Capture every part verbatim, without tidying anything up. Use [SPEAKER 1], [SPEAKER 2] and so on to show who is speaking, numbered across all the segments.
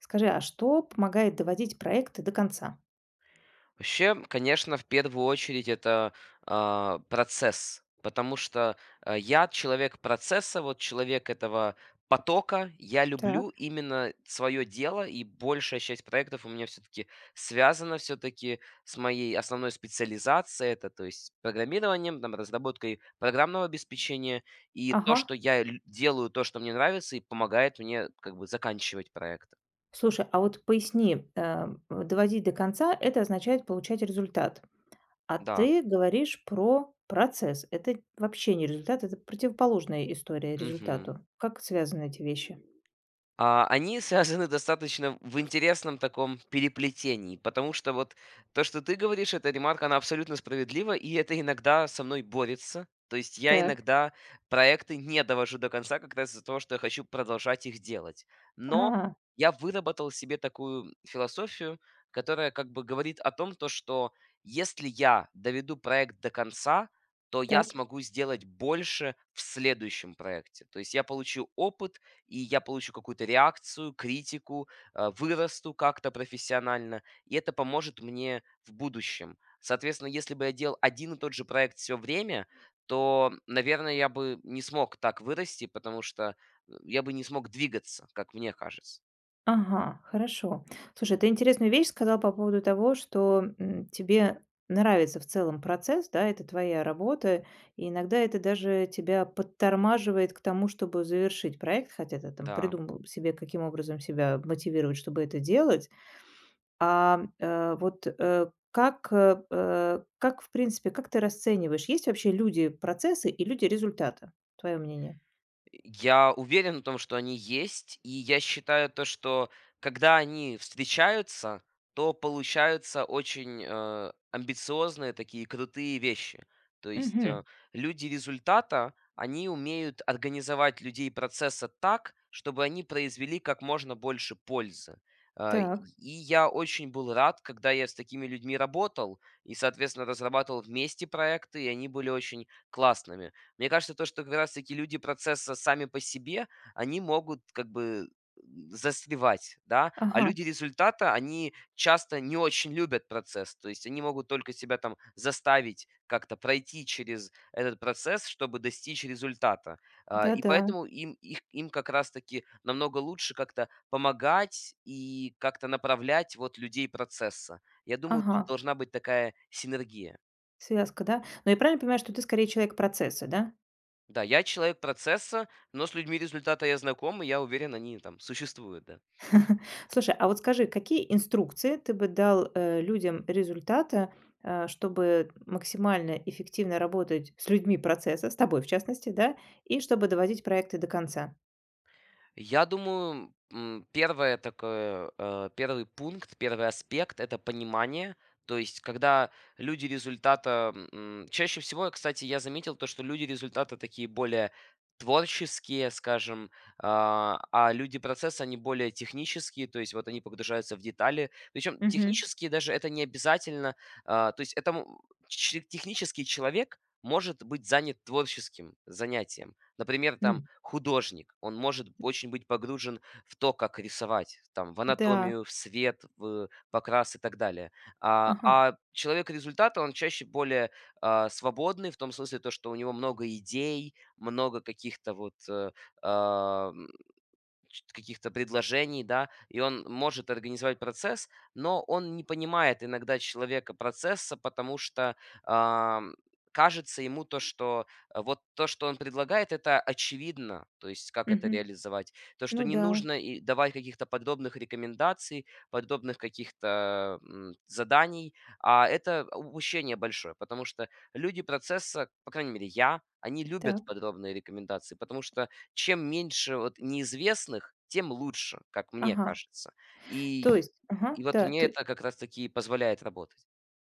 [SPEAKER 1] Скажи, а что помогает доводить проекты до конца?
[SPEAKER 2] Вообще, конечно, в первую очередь это а, процесс, потому что а, я человек процесса, вот человек этого потока. Я
[SPEAKER 1] Так.
[SPEAKER 2] люблю именно свое дело, и большая часть проектов у меня все-таки связана все-таки с моей основной специализацией, это то есть программированием, там, разработкой программного обеспечения, и то,
[SPEAKER 1] Ага.
[SPEAKER 2] что я лю- делаю, то, что мне нравится, и помогает мне как бы заканчивать проект.
[SPEAKER 1] Слушай, а вот поясни, э, доводить до конца- это означает получать результат. А
[SPEAKER 2] Да.
[SPEAKER 1] ты говоришь про процесс. Это вообще не результат, это противоположная история
[SPEAKER 2] Мгм.
[SPEAKER 1] результату. Как связаны эти вещи?
[SPEAKER 2] А, они связаны достаточно в интересном таком переплетении, потому что вот то, что ты говоришь, эта ремарка, она абсолютно справедлива, и это иногда со мной борется. То есть я
[SPEAKER 1] Так.
[SPEAKER 2] иногда проекты не довожу до конца как раз из-за того, что я хочу продолжать их делать. Но
[SPEAKER 1] А,
[SPEAKER 2] я выработал себе такую философию, которая как бы говорит о том, то, что если я доведу проект до конца, то я
[SPEAKER 1] так.
[SPEAKER 2] смогу сделать больше в следующем проекте. То есть я получу опыт, и я получу какую-то реакцию, критику, э, вырасту как-то профессионально, и это поможет мне в будущем. Соответственно, если бы я делал один и тот же проект все время, то, наверное, я бы не смог так вырасти, потому что э, я бы не смог двигаться, как мне кажется.
[SPEAKER 1] Ага, хорошо. Слушай, ты интересную вещь сказал по поводу того, что, м, тебе нравится в целом процесс, да, это твоя работа, и иногда это даже тебя подтормаживает к тому, чтобы завершить проект, хотя ты там
[SPEAKER 2] Да.
[SPEAKER 1] придумал себе, каким образом себя мотивировать, чтобы это делать. А, э, вот, э, как, э, э, как, в принципе, как ты расцениваешь, есть вообще люди процессы и люди результата? Твое мнение.
[SPEAKER 2] Я уверен в том, что они есть, и я считаю то, что когда они встречаются, то получаются очень э, амбициозные такие крутые вещи. То есть э,
[SPEAKER 1] Мгм.
[SPEAKER 2] люди результата, они умеют организовать людей процесса так, чтобы они произвели как можно больше пользы. Э, И
[SPEAKER 1] Так.
[SPEAKER 2] и я очень был рад, когда я с такими людьми работал и, соответственно, разрабатывал вместе проекты, и они были очень классными. Мне кажется, то, что как раз-таки люди процесса сами по себе, они могут как бы застревать, да, а
[SPEAKER 1] Ага.
[SPEAKER 2] люди результата, они часто не очень любят процесс, то есть они могут только себя там заставить как-то пройти через этот процесс, чтобы достичь результата. А, И
[SPEAKER 1] Да-да.
[SPEAKER 2] поэтому им, их, им как раз-таки намного лучше как-то помогать и как-то направлять вот людей процесса. Я думаю, тут
[SPEAKER 1] Ага.
[SPEAKER 2] должна быть такая синергия.
[SPEAKER 1] Связка, да? Но я правильно понимаю, что ты скорее человек процесса, да?
[SPEAKER 2] Да, я человек процесса, но с людьми результата я знаком, и я уверен, они там существуют, да.
[SPEAKER 1] Слушай, а вот скажи, какие инструкции ты бы дал, э, людям результата, э, чтобы максимально эффективно работать с людьми процесса, с тобой в частности, да, и чтобы доводить проекты до конца?
[SPEAKER 2] Я думаю, м, первое такое, э, первый пункт, первый аспект – это понимание. То есть, когда люди результата... м, чаще всего, кстати, я заметил то, что люди результата такие более творческие, скажем, а а люди процесса, они более технические, то есть вот они погружаются в детали. Причем
[SPEAKER 1] Мгм.
[SPEAKER 2] технические даже это не обязательно. а, То есть это м, ч- технический человек может быть занят творческим занятием. Например, там
[SPEAKER 1] М.
[SPEAKER 2] художник, он может очень быть погружен в то, как рисовать, там, в
[SPEAKER 1] Да.
[SPEAKER 2] анатомию, в свет, в покрас и так далее. А,
[SPEAKER 1] Ага.
[SPEAKER 2] а человек результата, он чаще более а, свободный, в том смысле, то, что у него много идей, много каких-то вот э, а, м, ч- каких-то предложений, да, и он может организовать процесс, но он не понимает иногда человека процесса, потому что ам, кажется ему то, что э, вот то, что он предлагает, это очевидно, то есть как это
[SPEAKER 1] Мгм.
[SPEAKER 2] реализовать, то, что
[SPEAKER 1] Ну
[SPEAKER 2] не
[SPEAKER 1] да.
[SPEAKER 2] нужно и давать каких-то подробных рекомендаций, подробных каких-то м, заданий, а это упущение большое, потому что люди процесса, по крайней мере я, они любят
[SPEAKER 1] Так.
[SPEAKER 2] подробные рекомендации, потому что чем меньше вот неизвестных, тем лучше, как мне
[SPEAKER 1] Ага.
[SPEAKER 2] кажется.
[SPEAKER 1] То
[SPEAKER 2] И
[SPEAKER 1] есть ага,
[SPEAKER 2] и вот
[SPEAKER 1] да,
[SPEAKER 2] мне
[SPEAKER 1] ты
[SPEAKER 2] это как раз таки позволяет работать.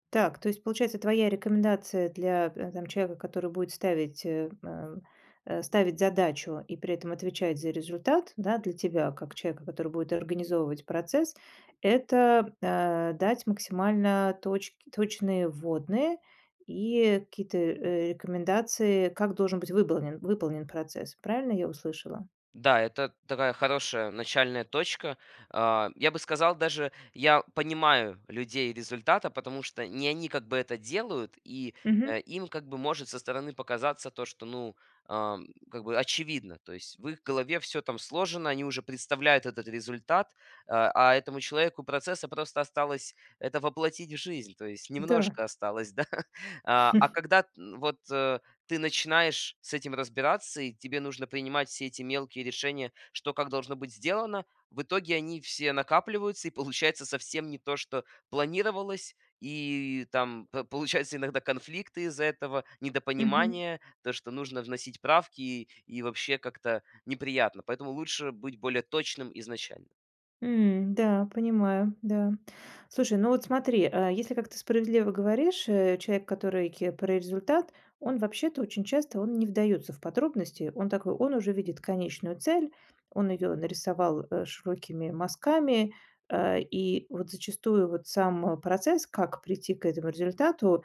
[SPEAKER 1] Так, то есть, получается, твоя рекомендация для, э, там, человека, который будет ставить, э, м, э, ставить задачу и при этом отвечать за результат, да, для тебя, как человека, который будет организовывать процесс, это, э, дать максимально точ- точные вводные и какие-то, э, рекомендации, как должен быть выполнен, выполнен процесс. Правильно я услышала?
[SPEAKER 2] Да, это такая хорошая начальная точка. А, Я бы сказал, даже я понимаю людей результата, потому что не они как бы это делают, и
[SPEAKER 1] Мгм.
[SPEAKER 2] э, им как бы может со стороны показаться то, что, ну, ам, как бы очевидно. То есть в их голове все там сложено, они уже представляют этот результат, а а этому человеку процесса просто осталось это воплотить в жизнь, то есть
[SPEAKER 1] Да.
[SPEAKER 2] немножко осталось, да. А а когда м, вот э, ты начинаешь с этим разбираться, и тебе нужно принимать все эти мелкие решения, что как должно быть сделано. В итоге они все накапливаются, и получается совсем не то, что планировалось, и там п- получаются иногда конфликты из-за этого,
[SPEAKER 1] Мгм.
[SPEAKER 2] недопонимание, то, что нужно вносить правки, и, и вообще как-то неприятно. Поэтому лучше быть более точным изначально.
[SPEAKER 1] М, да, понимаю, да. Слушай, ну вот смотри, а, если, как ты справедливо говоришь, э, человек, который ке про результат, он вообще-то очень часто он не вдаётся в подробности. Он такой, он уже видит конечную цель, он её нарисовал, э, широкими мазками, э, и вот зачастую вот сам э, процесс, как прийти к этому результату,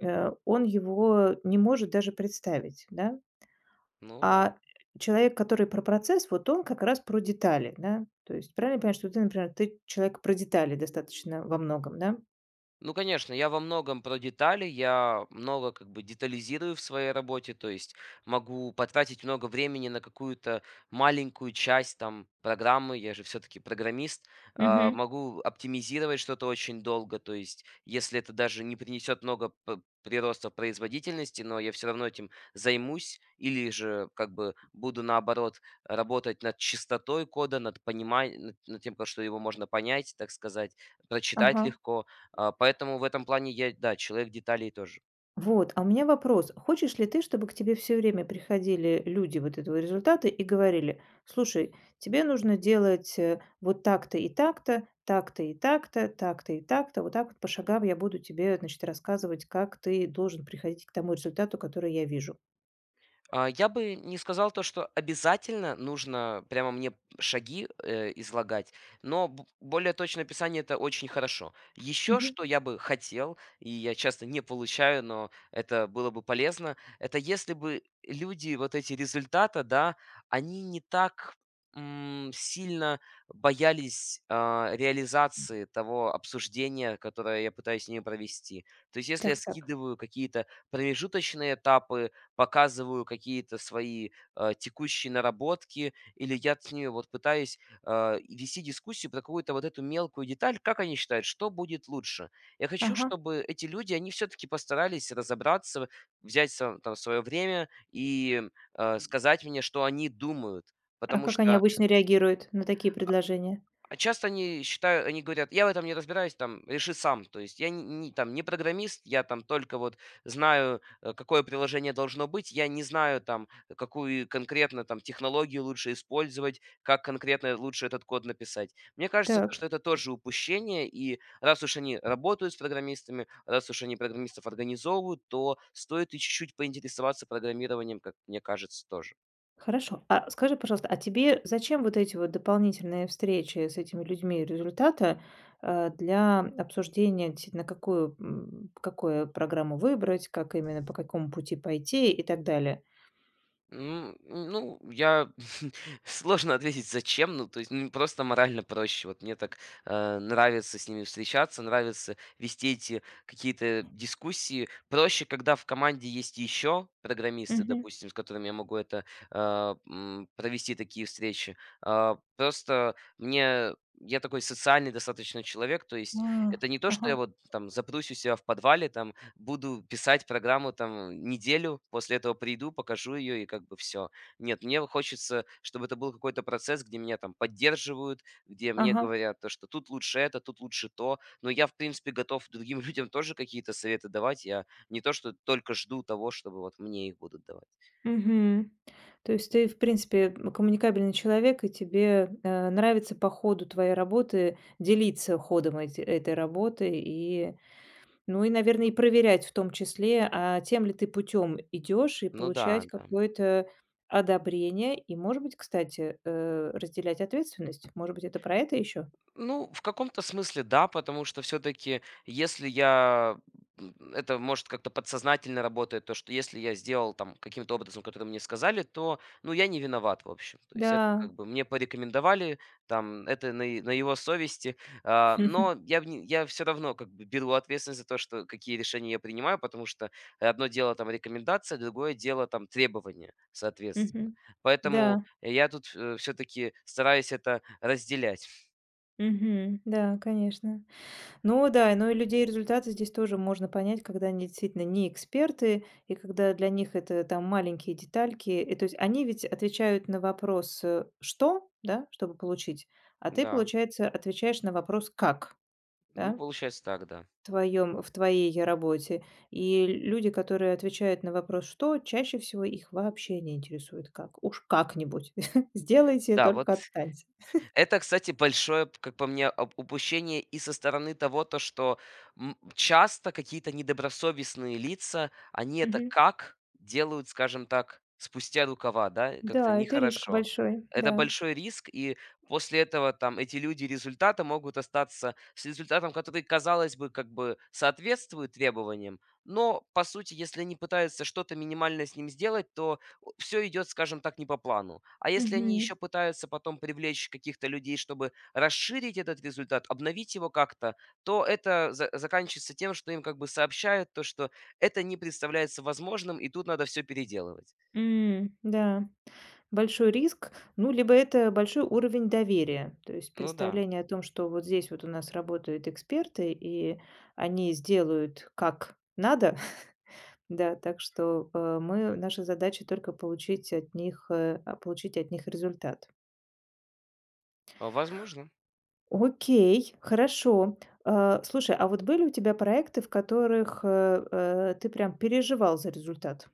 [SPEAKER 1] э, он его не может даже представить, да.
[SPEAKER 2] Ну да.
[SPEAKER 1] А человек, который про процесс, вот он как раз про детали, да? То есть правильно я понимаю, что ты, например, ты человек про детали достаточно во многом, да?
[SPEAKER 2] Ну, конечно, я во многом про детали, я много как бы детализирую в своей работе, то есть могу потратить много времени на какую-то маленькую часть там программы, я же все-таки программист, а,
[SPEAKER 1] Мгм.
[SPEAKER 2] могу оптимизировать что-то очень долго, то есть если это даже не принесет много п- прироста производительности, но я все равно этим займусь или же как бы буду наоборот работать над чистотой кода, над пониманием, над над тем, как что его можно понять, так сказать,
[SPEAKER 1] Ага.
[SPEAKER 2] прочитать легко, а, поэтому в этом плане я, да, человек деталей тоже.
[SPEAKER 1] Вот, а у меня вопрос. Хочешь ли ты, чтобы к тебе все время приходили люди вот этого результата и говорили, слушай, тебе нужно делать э, вот так-то и так-то, так-то и так-то, так-то и так-то, вот так вот по шагам я буду тебе, значит, рассказывать, как ты должен приходить к тому результату, который я вижу.
[SPEAKER 2] А, я бы не сказал то, что обязательно нужно прямо мне шаги, э, излагать, но б более точное описание – это очень хорошо. Еще
[SPEAKER 1] Мгм.
[SPEAKER 2] что я бы хотел, и я часто не получаю, но это было бы полезно – это если бы люди вот эти результата, да, они не так, м, сильно боялись, а, реализации того обсуждения, которое я пытаюсь с ними провести. То есть если я
[SPEAKER 1] Так, так.
[SPEAKER 2] скидываю какие-то промежуточные этапы, показываю какие-то свои э, текущие наработки, или я с ними вот пытаюсь э, вести дискуссию про какую-то вот эту мелкую деталь, как они считают, что будет лучше. Я хочу,
[SPEAKER 1] Ага.
[SPEAKER 2] чтобы эти люди, они все-таки постарались разобраться, взять сво- там свое время и э, сказать мне, что они думают,
[SPEAKER 1] А
[SPEAKER 2] потому
[SPEAKER 1] как они
[SPEAKER 2] что
[SPEAKER 1] обычно реагируют на такие предложения?
[SPEAKER 2] а часто они считают, они говорят: "Я в этом не разбираюсь, там, реши сам". То есть я не не там не программист, я там только вот знаю, э, какое приложение должно быть. Я не знаю там, какую конкретно там технологию лучше использовать, как конкретно лучше этот код написать. Мне кажется, то
[SPEAKER 1] Так,
[SPEAKER 2] что это тоже упущение, и раз уж они работают с программистами, раз уж они программистов организовывают, то стоит и чуть-чуть поинтересоваться программированием, как мне кажется, тоже.
[SPEAKER 1] хорошо. А скажи, пожалуйста, а тебе зачем вот эти вот дополнительные встречи с этими людьми результата, э, для обсуждения, действительно, какую, м, какую программу выбрать, как именно, по какому пути пойти и так далее?
[SPEAKER 2] М, ну, я сложно ответить, зачем. Ну, то есть, ну, просто морально проще. Вот мне так э, нравится с ними встречаться, нравится вести эти какие-то дискуссии. Проще, когда в команде есть еще программисты,
[SPEAKER 1] Мгм.
[SPEAKER 2] допустим, с которыми я могу это а, м, провести такие встречи. А, просто мне я такой социальный достаточно человек, то
[SPEAKER 1] А,
[SPEAKER 2] есть это не то, что
[SPEAKER 1] ага,
[SPEAKER 2] я вот там запрусь у себя в подвале, там буду писать программу там неделю, после этого приду, покажу ее и как бы все. Нет, мне вот хочется, чтобы это был какой-то процесс, где меня там поддерживают, где мне
[SPEAKER 1] ага,
[SPEAKER 2] говорят, то, что тут лучше это, тут лучше то. Но я, в принципе, готов другим людям тоже какие-то советы давать. Я не то, что только жду того, чтобы вот мне их будут давать.
[SPEAKER 1] мгм. То есть ты, в принципе, м, коммуникабельный человек, и тебе, э, нравится по ходу твоей работы делиться ходом эти этой работы и Ну и, наверное, и проверять в том числе, а тем ли ты путем идешь, и
[SPEAKER 2] Ну да,
[SPEAKER 1] получать
[SPEAKER 2] да.
[SPEAKER 1] какое-то одобрение. И, может быть, кстати, э, разделять ответственность. Может быть, это про это еще?
[SPEAKER 2] Ну, в каком-то смысле да, потому что все-таки, если я м, это может как-то подсознательно работает, то что если я сделал там каким-то образом, который мне сказали, то, ну, я не виноват, в общем. То есть это
[SPEAKER 1] Да.
[SPEAKER 2] как бы мне порекомендовали, там, это на, е- на его совести, а, но я, в не- я все равно как бы беру ответственность за то, что какие решения я принимаю, потому что одно дело там рекомендация, другое дело там требования, соответственно.
[SPEAKER 1] Мгм.
[SPEAKER 2] Поэтому
[SPEAKER 1] Да.
[SPEAKER 2] я тут все-таки стараюсь это разделять,
[SPEAKER 1] Мгм. Да, конечно. Ну да, но и людей результаты здесь тоже можно понять, когда они действительно не эксперты, и когда для них это там маленькие детальки. И то есть они ведь отвечают на вопрос э, «что?», да, чтобы получить, а ты,
[SPEAKER 2] да.
[SPEAKER 1] получается, отвечаешь на вопрос «как?»,
[SPEAKER 2] Ну,
[SPEAKER 1] да,
[SPEAKER 2] получается так, да.
[SPEAKER 1] в, твоем, в твоей работе. И люди, которые отвечают на вопрос «что?», чаще всего их вообще не интересует «как?». Уж как-нибудь сделайте,
[SPEAKER 2] Да, вот
[SPEAKER 1] только отстаньте.
[SPEAKER 2] это, кстати, большое, п- как по мне, об- упущение и со стороны того, то, что м, часто какие-то недобросовестные лица, они это
[SPEAKER 1] Мгм.
[SPEAKER 2] как делают, скажем так, спустя рукава, да, как-то
[SPEAKER 1] Да, это риск
[SPEAKER 2] нехорошо.
[SPEAKER 1] большой,
[SPEAKER 2] Это
[SPEAKER 1] да.
[SPEAKER 2] большой риск, и после этого там эти люди результата могут остаться с результатом, который, казалось бы, как бы соответствует требованиям, но, по сути, если они пытаются что-то минимальное с ним сделать, то все идет, скажем так, не по плану. А если они
[SPEAKER 1] Мгм.
[SPEAKER 2] еще пытаются потом привлечь каких-то людей, чтобы расширить этот результат, обновить его как-то, то это за заканчивается тем, что им как бы сообщают то, что это не представляется возможным, и тут надо все переделывать.
[SPEAKER 1] М, да. Большой риск, ну, либо это большой уровень доверия. То есть
[SPEAKER 2] Ну да,
[SPEAKER 1] представление о том, что вот здесь вот у нас работают эксперты, и они сделают как надо, да, так что э, мы, наша задача только получить от них, э, а, получить от них результат.
[SPEAKER 2] а, возможно.
[SPEAKER 1] Окей, хорошо. Э, слушай, а вот были у тебя проекты, в которых э, э, ты прям переживал за результат?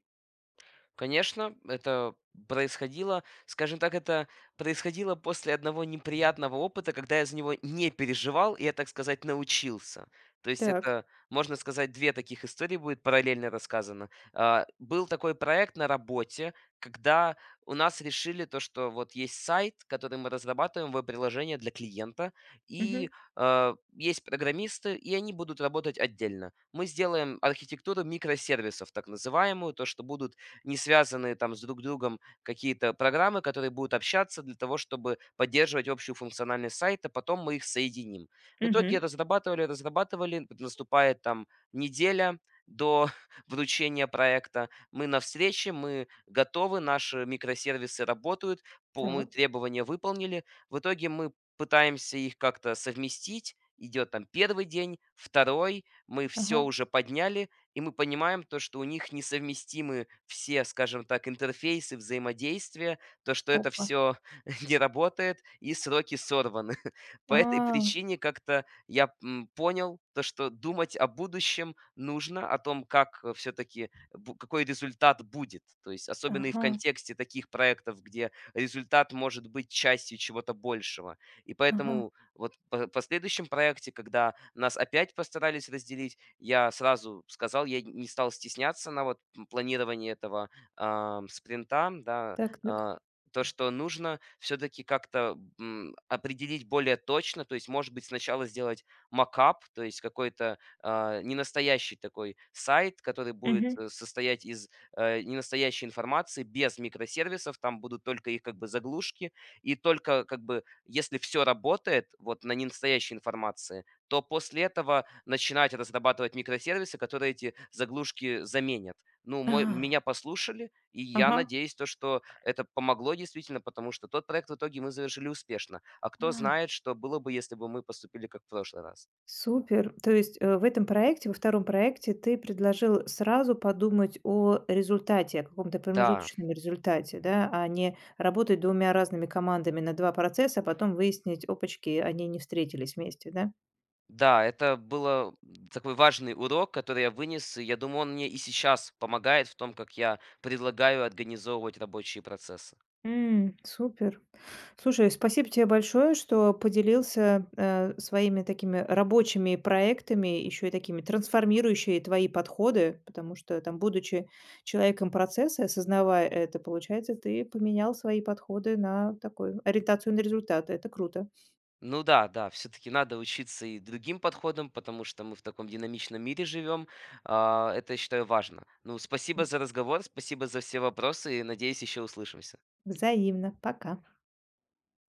[SPEAKER 2] Конечно, это происходило, скажем так, это происходило после одного неприятного опыта, когда я за него не переживал, и я, так сказать, научился. То есть
[SPEAKER 1] Так.
[SPEAKER 2] это, можно сказать, две таких истории будет параллельно рассказано. А, Был такой проект на работе, когда у нас решили то, что вот есть сайт, который мы разрабатываем, веб-приложение для клиента,
[SPEAKER 1] Угу,
[SPEAKER 2] и э, есть программисты, и они будут работать отдельно. Мы сделаем архитектуру микросервисов, так называемую, то, что будут не связанные там с друг другом какие-то программы, которые будут общаться для того, чтобы поддерживать общую функциональность сайта, потом мы их соединим. В итоге
[SPEAKER 1] угу,
[SPEAKER 2] разрабатывали, разрабатывали, наступает там неделя до вручения проекта. Мы на встрече, мы готовы, наши микросервисы работают, по- мы
[SPEAKER 1] так.
[SPEAKER 2] требования выполнили. В итоге мы пытаемся их как-то совместить. Идет там первый день, второй, мы все
[SPEAKER 1] Ага.
[SPEAKER 2] уже подняли, и мы понимаем то, что у них несовместимы все, скажем так, интерфейсы взаимодействия, то, что это
[SPEAKER 1] Опа.
[SPEAKER 2] все не работает и сроки сорваны. По этой
[SPEAKER 1] А,
[SPEAKER 2] причине как-то я, м, понял то, что думать о будущем нужно, о том, как, все таки какой результат будет. То есть особенно и в
[SPEAKER 1] ага.
[SPEAKER 2] контексте таких проектов, где результат может быть частью чего-то большего. И
[SPEAKER 1] Ага.
[SPEAKER 2] поэтому вот в по последующем проекте, когда нас опять постарались разделить, я сразу сказал, я не стал стесняться на вот м, планировании этого ам, спринта, да,
[SPEAKER 1] Так, так.
[SPEAKER 2] а, то, что нужно все-таки как-то м, определить более точно, то есть, может быть, сначала сделать макап, то есть какой-то а, ненастоящий такой сайт, который будет
[SPEAKER 1] Мгм.
[SPEAKER 2] э, состоять из э, ненастоящей информации, без микросервисов, там будут только их как бы заглушки, и только как бы, если все работает вот на ненастоящей информации, то после этого начинать разрабатывать микросервисы, которые эти заглушки заменят. Ну, мой,
[SPEAKER 1] А.
[SPEAKER 2] меня послушали, и я
[SPEAKER 1] Ага.
[SPEAKER 2] надеюсь, то, что это помогло действительно, потому что тот проект в итоге мы завершили успешно. А кто
[SPEAKER 1] А,
[SPEAKER 2] знает, что было бы, если бы мы поступили как в прошлый раз.
[SPEAKER 1] супер. То есть, э, в этом проекте, во втором проекте ты предложил сразу подумать о результате, о каком-то
[SPEAKER 2] Да,
[SPEAKER 1] промежуточном результате, да, а не работать двумя разными командами на два процесса, а потом выяснить: опачки, они не встретились вместе, да?
[SPEAKER 2] да, это был такой важный урок, который я вынес. и Я думаю, он мне и сейчас помогает в том, как я предлагаю организовывать рабочие процессы.
[SPEAKER 1] М, супер. Слушай, спасибо тебе большое, что поделился э, своими такими рабочими проектами, еще и такими трансформирующие твои подходы, потому что там, будучи человеком процесса, осознавая это, получается, ты поменял свои подходы на такую ориентацию на результаты. Это круто.
[SPEAKER 2] Ну да, да, все-таки надо учиться и другим подходам, потому что мы в таком динамичном мире живем. А, Это, я считаю, важно. Ну,
[SPEAKER 1] М,
[SPEAKER 2] спасибо за разговор, спасибо за все вопросы и надеюсь, еще услышимся.
[SPEAKER 1] взаимно. Пока.